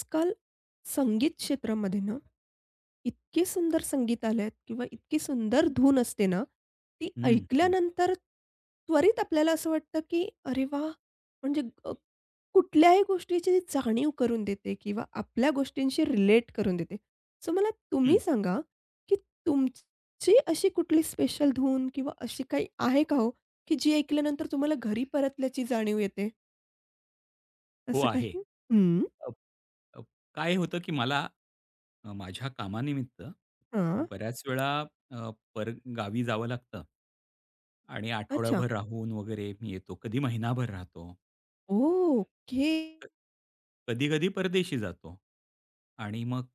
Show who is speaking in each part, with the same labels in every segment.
Speaker 1: आजकाल संगीत क्षेत्रामध्ये ना, इतके सुंदर संगीत आले आहेत किंवा इतकी सुंदर धून असते ना, ती
Speaker 2: हं, हं,
Speaker 1: ऐकल्यानंतर त्वरित आपल्याला असं वाटतं, की अरे वाह! म्हणजे कुठल्याही गोष्टीची जाणीव करून देते किंवा आपल्या गोष्टींशी रिलेट करून देते. सो मला तुम्ही
Speaker 2: हं.
Speaker 1: सांगा, की तुमची अशी कुठली स्पेशल धून किंवा अशी काही आहे का हो, की जी ऐकल्यानंतर तुम्हाला घरी परतल्याची जाणीव येते,
Speaker 2: हो,
Speaker 1: असं
Speaker 2: आहे.
Speaker 1: काही? हं.
Speaker 2: अ, अ, काय होतं की मला माझ्या कामानिमित्त
Speaker 1: हां.
Speaker 2: बऱ्याच वेळा परगावी जावं लागतं. आणि
Speaker 1: अच्छा.
Speaker 2: आठवडाभर राहून वगैरे मी येतो. कधी महिनाभर राहतो.
Speaker 1: ओके.
Speaker 2: कधी-कधी परदेशी जातो. आणि मग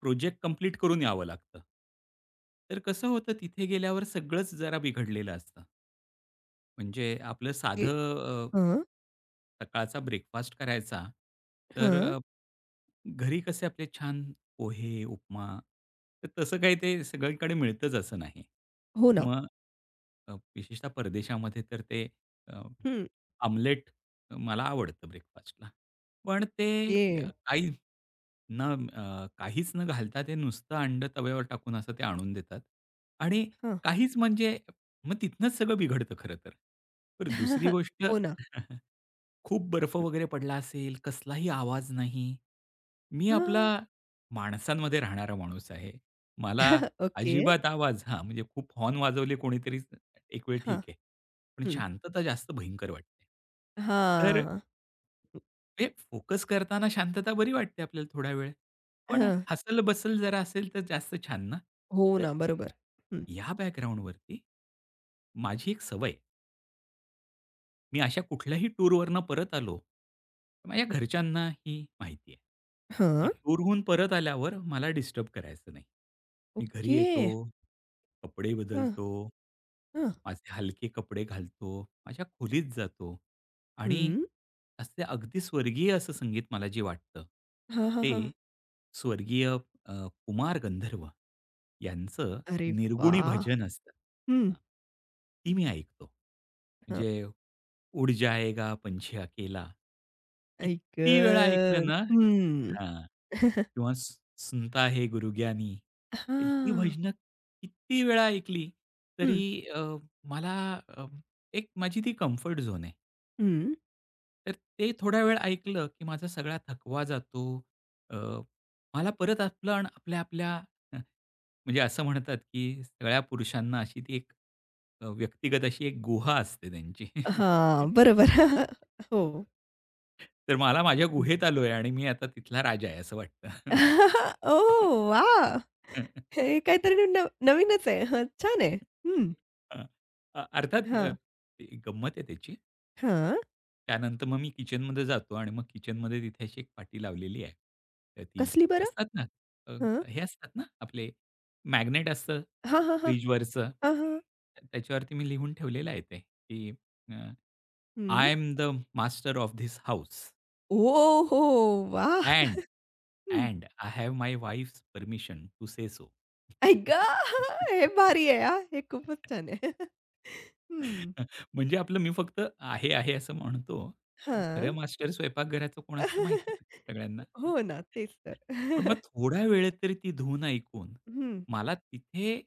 Speaker 2: प्रोजेक्ट कंप्लीट करून यावं लागतं. तर कसं होतं तिथे गेल्यावर सगळंच जरा बिघडलेलं असतं. म्हणजे आपलं
Speaker 1: ते
Speaker 2: साधं
Speaker 1: हां,
Speaker 2: सकाळचा ब्रेकफास्ट करायचा, तर
Speaker 1: हां.
Speaker 2: घरी कसे आपले छान पोहे, उपमा, तर तसं काही ते सगळीकडे मिळतंच असं नाही.
Speaker 1: हो ना.
Speaker 2: मग विशेषतः परदेशामध्ये तर ते
Speaker 1: हं,
Speaker 2: आमलेट मला आवडतं ब्रेकफास्टला. पण ते
Speaker 1: ते
Speaker 2: काही न काहीच न घालता ते नुसतं अंडं तव्यावर टाकून असं ते आणून देतात आणि
Speaker 1: हां.
Speaker 2: काहीच म्हणजे मग तिथनंच सगळं बिघडतं खरं तर. तर दुसरी गोष्ट
Speaker 1: हो ना.
Speaker 2: खूप बर्फ
Speaker 1: हं.
Speaker 2: वगैरे पडला असेल, कसलाही आवाज नाही. मी आपला
Speaker 1: हां.
Speaker 2: माणसांमध्ये राहणारा माणूस आहे. मला
Speaker 1: ओके.
Speaker 2: अजिबात आवाज म्हणजे खूप हॉर्न वाजवले कोणीतरी एक वेळ
Speaker 1: हां.
Speaker 2: ठीक आहे. पण
Speaker 1: हं.
Speaker 2: शांतता जास्त भयंकर वाटते. तर
Speaker 1: हां.
Speaker 2: हे फोकस करताना शांतता बरी वाटते आपल्याला थोडा वेळ. पण
Speaker 1: हां.
Speaker 2: हसल-बसल जरा असेल तर जास्त छान ना.
Speaker 1: हो
Speaker 2: तर
Speaker 1: ना, बरोबर. हं.
Speaker 2: या बॅकग्राऊंडवरती माझी एक सवय मी अशा कुठल्याही टूरवरनं परत आलो, तर माझ्या घरच्यांना ही माहिती आहे, की
Speaker 1: हां.
Speaker 2: टूरहून परत आल्यावर मला डिस्टर्ब करायचं नाही. मी घरी
Speaker 1: ओके.
Speaker 2: येतो, कपडे
Speaker 1: हां,
Speaker 2: बदलतो,
Speaker 1: हां.
Speaker 2: माझे हलके कपडे घालतो, माझ्या खोलीत जातो आणि
Speaker 1: हं.
Speaker 2: असे अगदी स्वर्गीय असं संगीत मला जे वाटतं,
Speaker 1: हां, हां,
Speaker 2: ते
Speaker 1: हां.
Speaker 2: स्वर्गीय अ, कुमार गंधर्व यांचं
Speaker 1: अरे
Speaker 2: निर्गुणी
Speaker 1: वाह!
Speaker 2: भजन असतं.
Speaker 1: हं.
Speaker 2: हां. ती मी ऐकतो.
Speaker 1: हां,
Speaker 2: म्हणजे उड जाएगा पंछी अकेला.
Speaker 1: आई
Speaker 2: किती वेळा ऐकलं
Speaker 1: गं!
Speaker 2: ना.
Speaker 1: हं.
Speaker 2: हां. किंवा सुनता है गुरुग्यानी. ही
Speaker 1: हां.
Speaker 2: भजनं किती वेळा ऐकली
Speaker 1: हं,
Speaker 2: तरी अ, मला अ, एक माझी ती कम्फर्ट झोन आहे.
Speaker 1: हं.
Speaker 2: तर ते थोडा वेळ ऐकलं की माझा सगळा थकवा जातो. अ, मला परत आपण आपल्या आपल्या म्हणजे असं म्हणतात, की सगळ्या पुरुषांना अशी ती एक व्यक्तिगत अशी एक गुहा असते त्यांची.
Speaker 1: हां, बरोबर. हो.
Speaker 2: तर मला माझ्या
Speaker 1: हं.
Speaker 2: गुहेत आलोय आणि मी आता तिथला राजा आहे असं वाटतं.
Speaker 1: ओह वाह! हे काहीतरी नवीनच आहे. हां, छान आहे. हं.
Speaker 2: हां. अर्थात
Speaker 1: हां.
Speaker 2: गंमत आहे त्याची.
Speaker 1: हां.
Speaker 2: त्यानंतर मग मी किचनमध्ये जातो आणि मग किचनमध्ये तिथे अशी एक पाटी लावलेली आहे. तर ती
Speaker 1: कसली बरं?
Speaker 2: असतात ना, अ,
Speaker 1: हां.
Speaker 2: हे असतात ना आपले मॅग्नेट असतं
Speaker 1: हां, हां, हां.
Speaker 2: फ्रिजवरचं.
Speaker 1: हां, हां.
Speaker 2: त्याच्यावरती मी लिहून ठेवलेलं आहे ते, की अ,
Speaker 1: हं.
Speaker 2: I am the master of this house
Speaker 1: ओहो! वाह!
Speaker 2: And
Speaker 1: hmm.
Speaker 2: And I have my wife's permission to say so.
Speaker 1: आई ग! हे भारी आहे हां. हे खूपच छान आहे. हं.
Speaker 2: म्हणजे आपलं मी फक्त आहे, आहे असं म्हणतो. पण खरं
Speaker 1: हां.
Speaker 2: मास्टर स्वयंपाकघराचं कोण असतं माहिती आहे सगळ्यांना.
Speaker 1: हो ना, तेच
Speaker 2: पण
Speaker 1: तर.
Speaker 2: मग थोड्या वेळेत तरी ती धून ऐकून
Speaker 1: हं.
Speaker 2: मला तिथे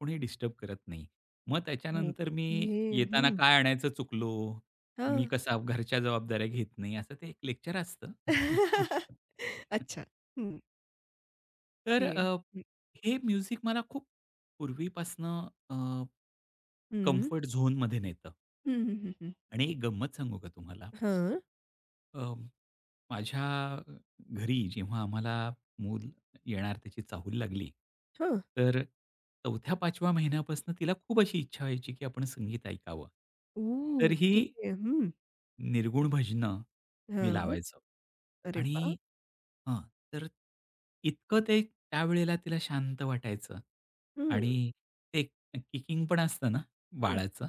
Speaker 2: कोणी डिस्टर्ब करत नाही. मग त्याच्यानंतर मी
Speaker 1: ओके.
Speaker 2: येताना
Speaker 1: हं.
Speaker 2: काय आणायचं चुकलो, मी
Speaker 1: हां.
Speaker 2: कसा घरच्या जबाबदाऱ्या घेत नाही असं ते एक लेक्चर असतं.
Speaker 1: अच्छा. हं.
Speaker 2: तर
Speaker 1: ओके. हं.
Speaker 2: हे म्युझिक मला खूप पूर्वीपासनं
Speaker 1: हं.
Speaker 2: कम्फर्ट झोनमध्ये नेतं
Speaker 1: हं, हं, हं, हं.
Speaker 2: आणि एक गंमत सांगू का तुम्हाला?
Speaker 1: हां.
Speaker 2: माझ्या घरी जेव्हा आम्हाला मूल येणार त्याची चाहूल लागली,
Speaker 1: हां.
Speaker 2: तर 4थ्या-5व्या महिन्यापासून तिला खूप अशी इच्छा व्हायची, की आपण संगीत ऐकावं. तर
Speaker 1: ओके.
Speaker 2: ही
Speaker 1: हं.
Speaker 2: निर्गुण भजनं मी
Speaker 1: हां.
Speaker 2: लावायचो
Speaker 1: अरे वाह!
Speaker 2: आणि हां, तर इतकं ते त्यावेळेला तिला शांत वाटायचं
Speaker 1: हं,
Speaker 2: आणि ते किकिंग पण असतं ना
Speaker 1: हं.
Speaker 2: बाळाचं,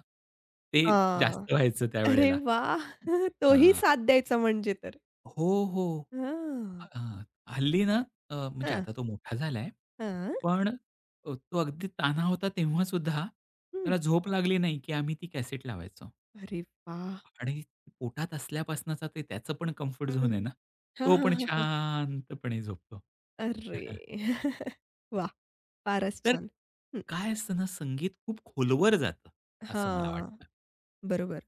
Speaker 2: ते
Speaker 1: हां.
Speaker 2: जास्त व्हायचं
Speaker 1: अरे
Speaker 2: त्यावेळेला.
Speaker 1: वाह! तोही
Speaker 2: हां.
Speaker 1: साथ द्यायचा म्हणजे तर.
Speaker 2: हो, हो.
Speaker 1: हां.
Speaker 2: हां, हल्ली ना म्हणजे
Speaker 1: हां,
Speaker 2: आता तो मोठा झालाय.
Speaker 1: हां.
Speaker 2: पण तो अगदी तान्हा होता तेव्हा सुद्धा
Speaker 1: हं.
Speaker 2: त्याला झोप लागली नाही, की आम्ही ती कॅसेट लावायचो
Speaker 1: अरे वाह!
Speaker 2: आणि पोटात असल्यापासनचा ते त्याचं पण कम्फर्ट झोन
Speaker 1: हं.
Speaker 2: आहे ना,
Speaker 1: हां,
Speaker 2: तो
Speaker 1: हां,
Speaker 2: पण
Speaker 1: हां, हां.
Speaker 2: शांतपणे झोपतो.
Speaker 1: अरे वाह! फारच
Speaker 2: तर
Speaker 1: छान. हं.
Speaker 2: काय असतं ना, संगीत खूप खोलवर जातं, असं मला
Speaker 1: हां.
Speaker 2: वाटतं.
Speaker 1: बरोबर.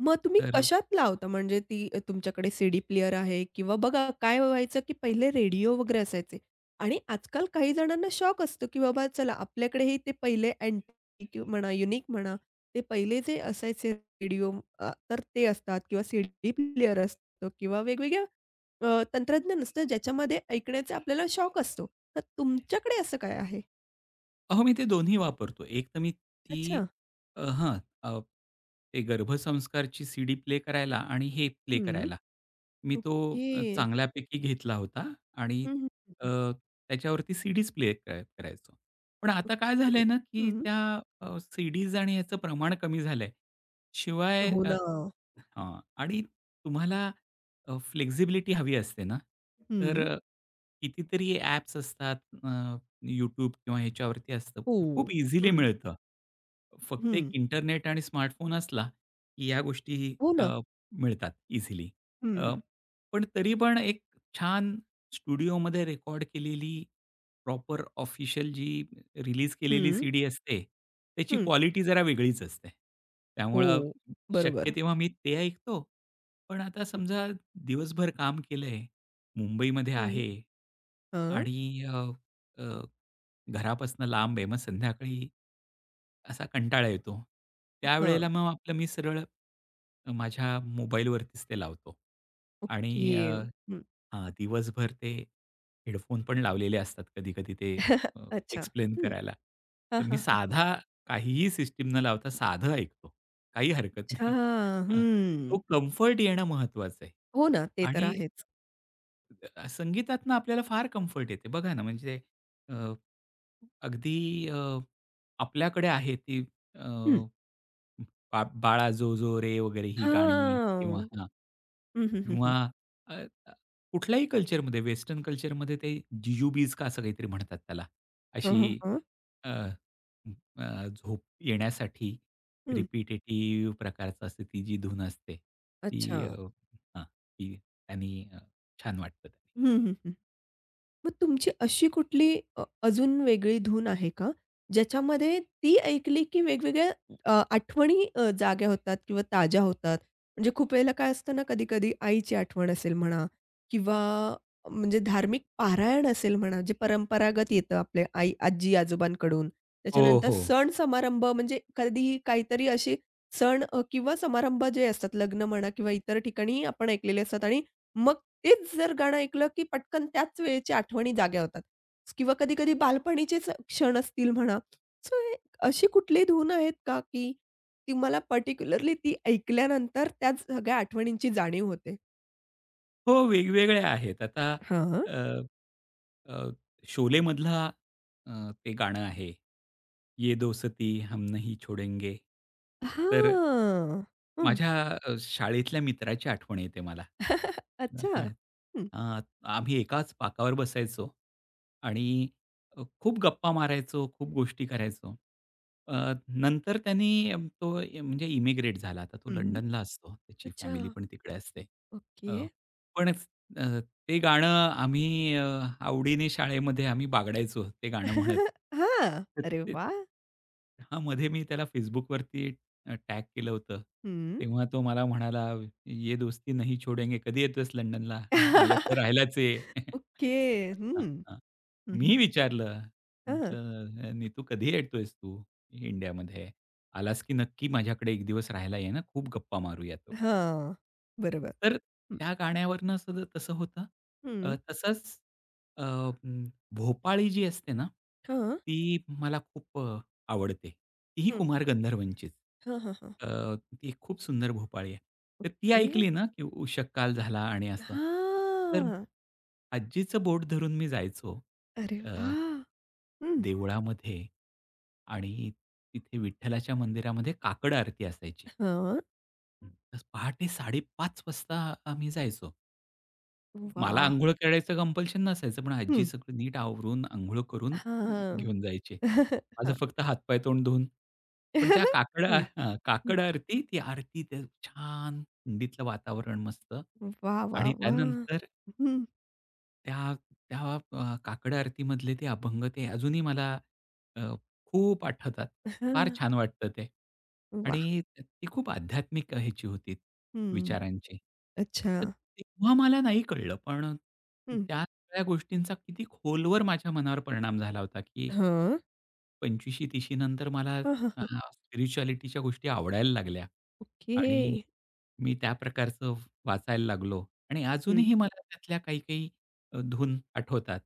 Speaker 1: मग तुम्ही
Speaker 2: तर
Speaker 1: कशात लावता? म्हणजे ती तुमच्याकडे सीडी प्लेयर आहे किंवा बघा काय व्हायचं, की पहिले रेडिओ वगैरे असायचे आणि आजकाल काही जणांना शौक असतो, की बाबा चला आपल्याकडेही ते पहिले अँटिक म्हणा, युनिक म्हणा, ते पहिले जे असायचे रेडिओ तर ते असतात किंवा सीडी प्लेयर असतो किंवा वेगवेगळ्या तंत्रज्ञान असतं, ज्याच्यामध्ये ऐकण्याचा आपल्याला शौक असतो. तर तुमच्याकडे असं काय आहे?
Speaker 2: अहो, मी ते दोन्ही वापरतो. एक तर मी ती
Speaker 1: अच्छा.
Speaker 2: अ, हां, अ, ते गर्भसंस्कारची सीडी प्ले करायला आणि हे प्ले
Speaker 1: हं.
Speaker 2: करायला, मी तो
Speaker 1: ओके.
Speaker 2: चांगल्यापैकी घेतला होता आणि
Speaker 1: हं, हं, हं,
Speaker 2: अ,
Speaker 1: हं.
Speaker 2: त्याच्यावरती सीडीज प्ले करायचो. पण आता काय
Speaker 1: ओके.
Speaker 2: झालंय ना, की
Speaker 1: हं.
Speaker 2: त्या सीडीज आणि याचं प्रमाण कमी झालंय. शिवाय
Speaker 1: हो ना.
Speaker 2: हां आणि तुम्हाला अ, हवी असते ना, तर
Speaker 1: हं.
Speaker 2: कितीतरी ॲप्स असतात. YouTube किंवा ह्याच्यावरती असतं.
Speaker 1: हो.
Speaker 2: खूप इझिली
Speaker 1: हं,
Speaker 2: मिळतं. फक्त एक
Speaker 1: हं.
Speaker 2: इंटरनेट आणि स्मार्टफोन असला, की या गोष्टी
Speaker 1: हो ना.
Speaker 2: मिळतात इझिली. अ,
Speaker 1: हं,
Speaker 2: पण तरी पण एक छान स्टुडिओमध्ये रेकॉर्ड केलेली प्रॉपर ऑफिशियल जी रिलीज केलेली
Speaker 1: हं,
Speaker 2: सीडी असते, त्याची
Speaker 1: हं.
Speaker 2: क्वालिटी जरा वेगळीच असते.
Speaker 1: हो,
Speaker 2: त्यामुळं शक्य
Speaker 1: बरोबर.
Speaker 2: तेव्हा मी ते ऐकतो. पण आता समजा दिवसभर काम केलंय, मुंबईमध्ये
Speaker 1: हं.
Speaker 2: आहे
Speaker 1: हां,
Speaker 2: आणि अ अ, घरापासून लांब आहे. मग संध्याकाळी असा कंटाळा येतो.
Speaker 1: हां.
Speaker 2: त्यावेळेला मग आपलं मी सरळ माझ्या मोबाईलवरतीच ते लावतो आणि
Speaker 1: ओके. हं.
Speaker 2: हां, दिवसभर ते हेडफोन पण लावलेले असतात कधी-कधी ते अ,
Speaker 1: अच्छा.
Speaker 2: एक्सप्लेन
Speaker 1: हं.
Speaker 2: करायला.
Speaker 1: हां,
Speaker 2: तर मी
Speaker 1: हां, हां.
Speaker 2: साधा काहीही सिस्टीम न लावता साधं ऐकतो. काही हरकत
Speaker 1: अच्छा.
Speaker 2: नाही. तो
Speaker 1: हं.
Speaker 2: कम्फर्ट येणं महत्वाचं आहे
Speaker 1: हो ना, ते तर
Speaker 2: आणि
Speaker 1: आहेच.
Speaker 2: संगीतातनं आपल्याला फार कम्फर्ट येते. बघा ना, म्हणजे अ, अगदी अ, आपल्याकडे आहे ती अ,
Speaker 1: हं.
Speaker 2: बाळा जो जो रे वगैरे ही गाणी किंवा
Speaker 1: हां.
Speaker 2: हा
Speaker 1: हं, हं, हं,
Speaker 2: किंवा
Speaker 1: हं.
Speaker 2: अ, अ, कुठल्याही कल्चरमध्ये वेस्टर्न कल्चरमध्ये ते जिजूबीज का असं काहीतरी म्हणतात त्याला.
Speaker 1: हां,
Speaker 2: अशी
Speaker 1: हां, हां.
Speaker 2: अ, अ, झोप येण्यासाठी
Speaker 1: हं.
Speaker 2: रिपिटेटिव्ह प्रकारचं असते ती जी धून असते.
Speaker 1: अच्छा.
Speaker 2: ती हां, ती त्यांनी छान वाटतं.
Speaker 1: हं, हं, हं. मग तुमची अशी कुठली अजून वेगळी धून आहे का? ज्याच्यामध्ये ती ऐकली की वेगवेगळ्या आठवणी जाग्या होतात किंवा ताज्या होतात. म्हणजे खूप वेळेला काय असतं ना, कधी-कधी आईची आठवण असेल म्हणा किंवा म्हणजे धार्मिक पारायण असेल म्हणा, जे परंपरागत येतं आपल्या आई आजी-आजोबांकडून.
Speaker 2: हो,
Speaker 1: त्याच्यानंतर
Speaker 2: हो.
Speaker 1: सण-समारंभ म्हणजे कधीही काहीतरी असे सण किंवा समारंभ जे असतात, लग्न म्हणा किंवा इतर ठिकाणी आपण ऐकलेले असतात आणि मग तेच जर गाणं ऐकलं, की पटकन त्याच वेळेच्या आठवणी जाग्या होतात किंवा कधी-कधी बालपणीचेच क्षण असतील म्हणा. सो हे अशी कुठली धून आहेत का, की तुम्हाला पर्टिक्युलरली ती ऐकल्यानंतर त्याच सगळ्या आठवणींची जाणीव होते?
Speaker 2: हो, वेगवेगळ्या आहेत. आता
Speaker 1: हां.
Speaker 2: अ, अ, शोलेमधला अ, ते गाणं आहे, "ये दोस्ती हम नहीं छोडेंगे." तर
Speaker 1: हां. हं.
Speaker 2: माझ्या शाळेतल्या मित्राची आठवण येते मला.
Speaker 1: अच्छा. हं,
Speaker 2: हां, आम्ही एकाच पाकावर बसायचो आणि खूप गप्पा मारायचो, खूप गोष्टी करायचो. अ, नंतर त्यानी तो म्हणजे इमिग्रेट झाला. आता तो
Speaker 1: हं.
Speaker 2: लंडनला असतो. त्याची
Speaker 1: अच्छा.
Speaker 2: फॅमिली पण तिकडे असते. अ
Speaker 1: ओके.
Speaker 2: पण अ, ते गाणं आम्ही आवडीने शाळेमध्ये आम्ही बागडायचो ते गाणं म्हणत.
Speaker 1: हां.
Speaker 2: तर
Speaker 1: अरे
Speaker 2: ते
Speaker 1: वाह!
Speaker 2: हां, मध्ये मी त्याला Facebookवरती टॅग केलं होतं.
Speaker 1: हं.
Speaker 2: तेव्हा तो मला म्हणाला, "ये दोस्ती नहीं छोडेंगे, कधी येतोयस लंडनला? माझ्याकडे राहायलाच ये."
Speaker 1: ओके.
Speaker 2: असं. हां,
Speaker 1: हं.
Speaker 2: हां.
Speaker 1: हं, हं. हं.
Speaker 2: मी विचारलं,
Speaker 1: हां.
Speaker 2: म्हटलं, "नीतू कधी येतोयस तू इंडियामध्ये?" आलास की नक्की माझ्याकडे एक दिवस राहायला ये ना, खूप गप्पा मारूयात वगैरे.
Speaker 1: हां. बरोबर.
Speaker 2: तर
Speaker 1: हं.
Speaker 2: त्या गाण्यावरनं असं तसं होतं.
Speaker 1: हं.
Speaker 2: तसंच अ, अं, भोपाळी जी असते ना,
Speaker 1: हां.
Speaker 2: ती मला खूप आवडते. तीही
Speaker 1: हं.
Speaker 2: कुमार गंधर्वांचीच.
Speaker 1: हां, हां, हां.
Speaker 2: अ, ती खूप सुंदर भोपाळी आहे. तर ती
Speaker 1: ओके.
Speaker 2: ऐकली ना, की उषः काल झाला आणि असं. तर
Speaker 1: हां.
Speaker 2: आजीचं बोट धरून मी जायचो.
Speaker 1: अरे
Speaker 2: अ
Speaker 1: वाह! हं.
Speaker 2: देवळामध्ये आणि तिथे विठ्ठलाच्या मंदिरामध्ये काकड आरती असायची.
Speaker 1: हां.
Speaker 2: तर पहाटे 5:30 वाजता आम्ही जायचो. मला
Speaker 1: वाह!
Speaker 2: अंघोळ करायचं कंपल्शन नसायचं, पण आजी
Speaker 1: हं.
Speaker 2: सगळं नीट आवरून, अंघोळ करून अ,
Speaker 1: हां.
Speaker 2: घेऊन जायची. माझं
Speaker 1: हां.
Speaker 2: फक्त हात-पाय, तोंड धुवून. पण
Speaker 1: हं,
Speaker 2: त्या काकड आ
Speaker 1: हं.
Speaker 2: हां, काकड आरती, ती आरती ते छान थंडीतलं वातावरण मस्त
Speaker 1: वाह, वाह,
Speaker 2: आणि
Speaker 1: वाह!
Speaker 2: त्यानंतर
Speaker 1: हं.
Speaker 2: त्या त्या काकड आरतीमधले ते अभंग ते अजूनही मला अ, खूप आठवतात. फार
Speaker 1: हां.
Speaker 2: छान वाटतं ते.
Speaker 1: वाह!
Speaker 2: आणि ती खूप आध्यात्मिक ह्याची होती
Speaker 1: हं.
Speaker 2: विचारांची.
Speaker 1: अच्छा.
Speaker 2: तर तेव्हा मला नाही कळलं, पण
Speaker 1: हं.
Speaker 2: त्या सगळ्या गोष्टींचा किती खोलवर माझ्या मनावर परिणाम झाला होता, की
Speaker 1: हां.
Speaker 2: 25शी तीशी नंतर मला
Speaker 1: हां, हां,
Speaker 2: अ,
Speaker 1: हां.
Speaker 2: स्पिरिच्युअलिटीच्या गोष्टी आवडायला लागल्या
Speaker 1: ओके.
Speaker 2: आणि मी त्या प्रकारचं वाचायला लागलो आणि
Speaker 1: हं.
Speaker 2: अजूनही मला त्यातल्या काही, काही धून आठवतात.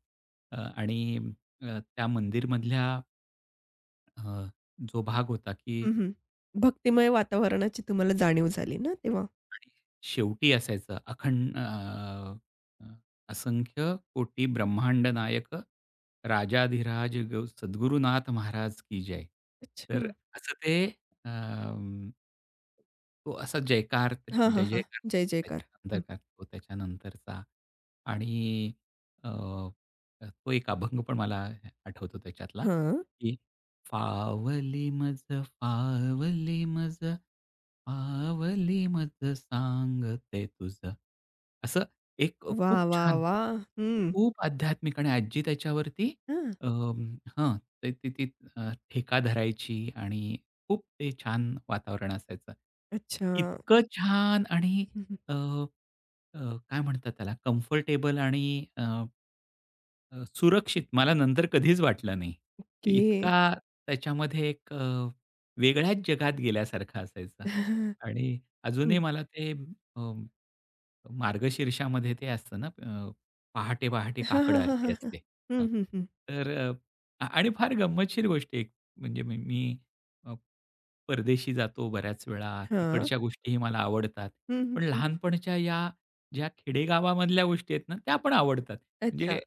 Speaker 2: आणि त्या मंदिरमधल्या अ, जो भाग होता की
Speaker 1: हं, हं. भक्तिमय वातावरणाची तुम्हाला जाणीव झाली ना तेव्हा?
Speaker 2: शेवटी असायचं अखंड अ, अ, असंख्य कोटी ब्रह्मांड नायक राजाधिराज सद्गुरुनाथ महाराज की जय. तर
Speaker 1: अच्छा.
Speaker 2: असं ते अं, तो असा जयकार
Speaker 1: हां, हां,
Speaker 2: जय
Speaker 1: हां.
Speaker 2: जयकार
Speaker 1: जय जयकार.
Speaker 2: त्याच्यानंतर
Speaker 1: हं.
Speaker 2: तो त्याच्यानंतरचा आणि अ, तो एक अभंग पण मला आठवतो त्याच्यातला
Speaker 1: हां.
Speaker 2: की फावली मज फावली मज पावली मज सांगते तुझं. असं एक
Speaker 1: वाह,
Speaker 2: खूप
Speaker 1: वाह,
Speaker 2: छान
Speaker 1: वाह! हं.
Speaker 2: खूप आध्यात्मिक आणि आजी त्याच्यावरती
Speaker 1: हां.
Speaker 2: हां, ते ती ती ठेका धरायची आणि खूप ते छान वातावरण असायचं.
Speaker 1: अच्छा.
Speaker 2: इतकं छान आणि अ, अ, काय म्हणतात त्याला कम्फर्टेबल आणि सुरक्षित मला नंतर कधीच वाटलं नाही.
Speaker 1: ओके.
Speaker 2: इतका त्याच्यामध्ये एक वेगळ्याच जगात गेल्यासारखा असायचा आणि अजूनही
Speaker 1: हं.
Speaker 2: मला ते अ, मार्गशीर्षामध्ये ते असतं ना पहाटे-पहाटे
Speaker 1: हां,
Speaker 2: काकड
Speaker 1: हां, हां,
Speaker 2: आरती
Speaker 1: हां, हां.
Speaker 2: असते. हां,
Speaker 1: हं, हं, हं.
Speaker 2: तर आणि फार गंमतशीर गोष्ट आहे. म्हणजे मी मी अ, परदेशी जातो बऱ्याच वेळा.
Speaker 1: हां.
Speaker 2: तिकडच्या गोष्टीही मला आवडतात.
Speaker 1: हं, हं,
Speaker 2: पण
Speaker 1: हं.
Speaker 2: लहानपणच्या या ज्या खेडेगावामधल्या गोष्टी आहेत ना, त्या पण आवडतात.
Speaker 1: अच्छा.
Speaker 2: म्हणजे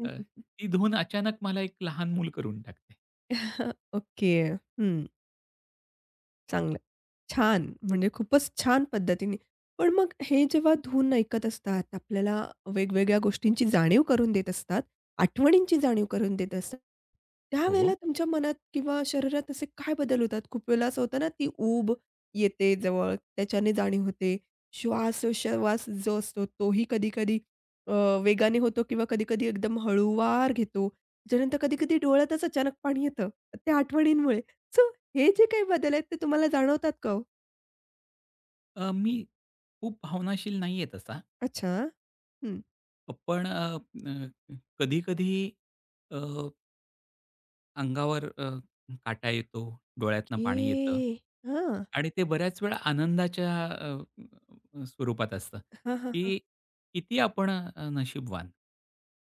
Speaker 1: हं, हं.
Speaker 2: ती धून अचानक मला एक लहान मूल करून टाकते.
Speaker 1: ओके. हं. चांगलं. छान! म्हणजे खूपच छान पद्धतीने. पण मग हे जेव्हा धून ऐकत असतात, आपल्याला वेगवेगळ्या गोष्टींची जाणीव करून देत असतात, आठवणींची जाणीव करून देत असतात.
Speaker 2: हो.
Speaker 1: त्यावेळेला तुमच्या मनात किंवा शरीरात असे काय बदल होतात? खूप वेळेला असं होतं ना, ती ऊब येते जवळ, त्याच्याने जाणीव होते. श्वासोश्वास जो असतो, तोही कधी-कधी वेगाने होतो किंवा कधी-कधी एकदम हळूवार घेतो. त्याच्यानंतर कधी-कधी डोळ्यातच अचानक पाणी येतं, त्या आठवणींमुळे. सो हे जे काही बदल आहेत, ते तुम्हाला जाणवतात का हो?
Speaker 2: मी खूप भावनाशील नाहीये तसा.
Speaker 1: अच्छा. हं.
Speaker 2: पण अ, अ, कधी-कधी अंगावर काटा येतो, डोळ्यातनं
Speaker 1: ओके.
Speaker 2: पाणी येतं
Speaker 1: हां.
Speaker 2: आणि ते बऱ्याच वेळा आनंदाच्या अ, अ, स्वरूपात असतं,
Speaker 1: हां, हां, हां.
Speaker 2: की किती आपण नशीबवान,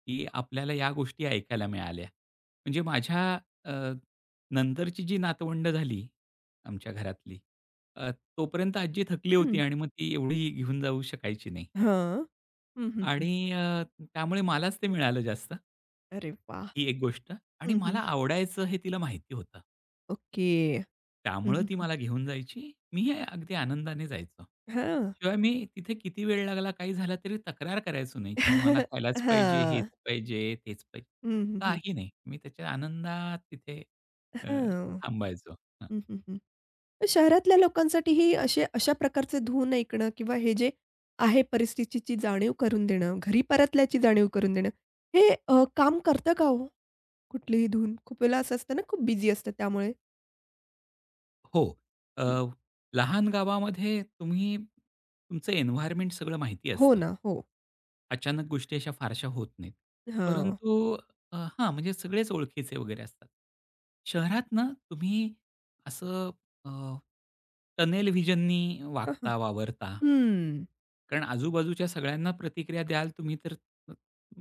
Speaker 2: की आपल्याला या गोष्टी ऐकायला मिळाल्या. म्हणजे माझ्या अ, नंतरची जी नातवंड झाली आमच्या घरातली, अ, तोपर्यंत आजी थकली होती
Speaker 1: हं.
Speaker 2: आणि मग ती एवढी घेऊन जाऊ शकायची नाही
Speaker 1: हां. हं, हं, हं.
Speaker 2: आणि त्यामुळे मलाच ते मिळालं जास्त,
Speaker 1: अरे वाह!
Speaker 2: ही एक गोष्ट आणि
Speaker 1: हं,
Speaker 2: मला
Speaker 1: हं.
Speaker 2: आवडायचं हे तिला माहिती होतं.
Speaker 1: ओके. हं,
Speaker 2: त्यामुळं
Speaker 1: हं,
Speaker 2: ती
Speaker 1: हं.
Speaker 2: मला घेऊन जायची. मी हे अगदी आनंदाने जायचो.
Speaker 1: हां.
Speaker 2: शिवाय मी तिथे किती वेळ लागला, काही झालं तरी तक्रार करायचो नाही किंवा मला खायलाच पाहिजे, हेच
Speaker 1: हां.
Speaker 2: पाहिजे, तेच पाहिजे.
Speaker 1: हं, हं, हं.
Speaker 2: काही नाही. मी त्याच्या आनंदात तिथे अ,
Speaker 1: हां.
Speaker 2: थांबायचो.
Speaker 1: हं, हं, हं. तर शहरातल्या लोकांसाठीही असे अशा प्रकारचे धून ऐकणं किंवा हे जे आहे परिस्थितीची जाणीव करून देणं, घरी परतल्याची जाणीव करून देणं, हे काम करतं का हो? कुठलीही धून? खूप वेळेला असं असतं ना, खूप बिझी असतं त्यामुळे.
Speaker 2: हो. अ, लहान गावामध्ये तुम्ही तुमचं एन्व्हायर्नमेंट सगळं माहिती
Speaker 1: हो
Speaker 2: असतं.
Speaker 1: ना, हो.
Speaker 2: अचानक गोष्टी अशा फारशा होत नाहीत.
Speaker 1: हां.
Speaker 2: परंतु हां, म्हणजे सगळेच ओळखीचे वगैरे असतात. शहरात ना तुम्ही असं अ, टनेल व्हिजननी
Speaker 1: हं, हं.
Speaker 2: वागता, वावरता.
Speaker 1: हं.
Speaker 2: कारण आजूबाजूच्या सगळ्यांना प्रतिक्रिया द्याल तुम्ही तर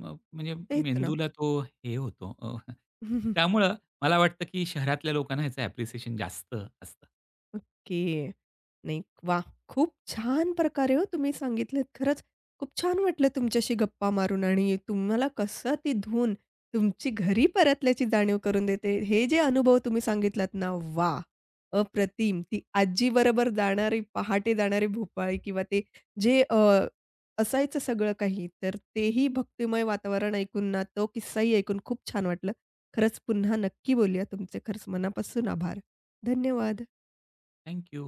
Speaker 2: म्हणजे
Speaker 1: तेच ना.
Speaker 2: मेंदूला तो हे होतो. त्यामुळं मला वाटतं की शहरातल्या लोकांना ह्याचं ॲप्रिसिएशन जास्त असतं.
Speaker 1: ओके. नाही, वा, खूप छान प्रकारे हो तुम्ही सांगितलेत. खरंच खूप छान वाटलं तुमच्याशी गप्पा मारून आणि तुम्हाला कसं ती धून तुमची घरी परतल्याची जाणीव करून देते. हे जे अनुभव तुम्ही सांगितलात ना, वा, अप्रतिम. ती आजीबरोबर जाणारी पहाटे जाणारी भोपाळी किंवा ते जे असायचं सगळं काही, तर तेही भक्तिमय वातावरण ऐकून ना, तो किस्साही ऐकून खूप छान वाटलं. खरंच पुन्हा नक्की बोलूया. तुमचे खरंच मनापासून आभार. धन्यवाद.
Speaker 2: थँक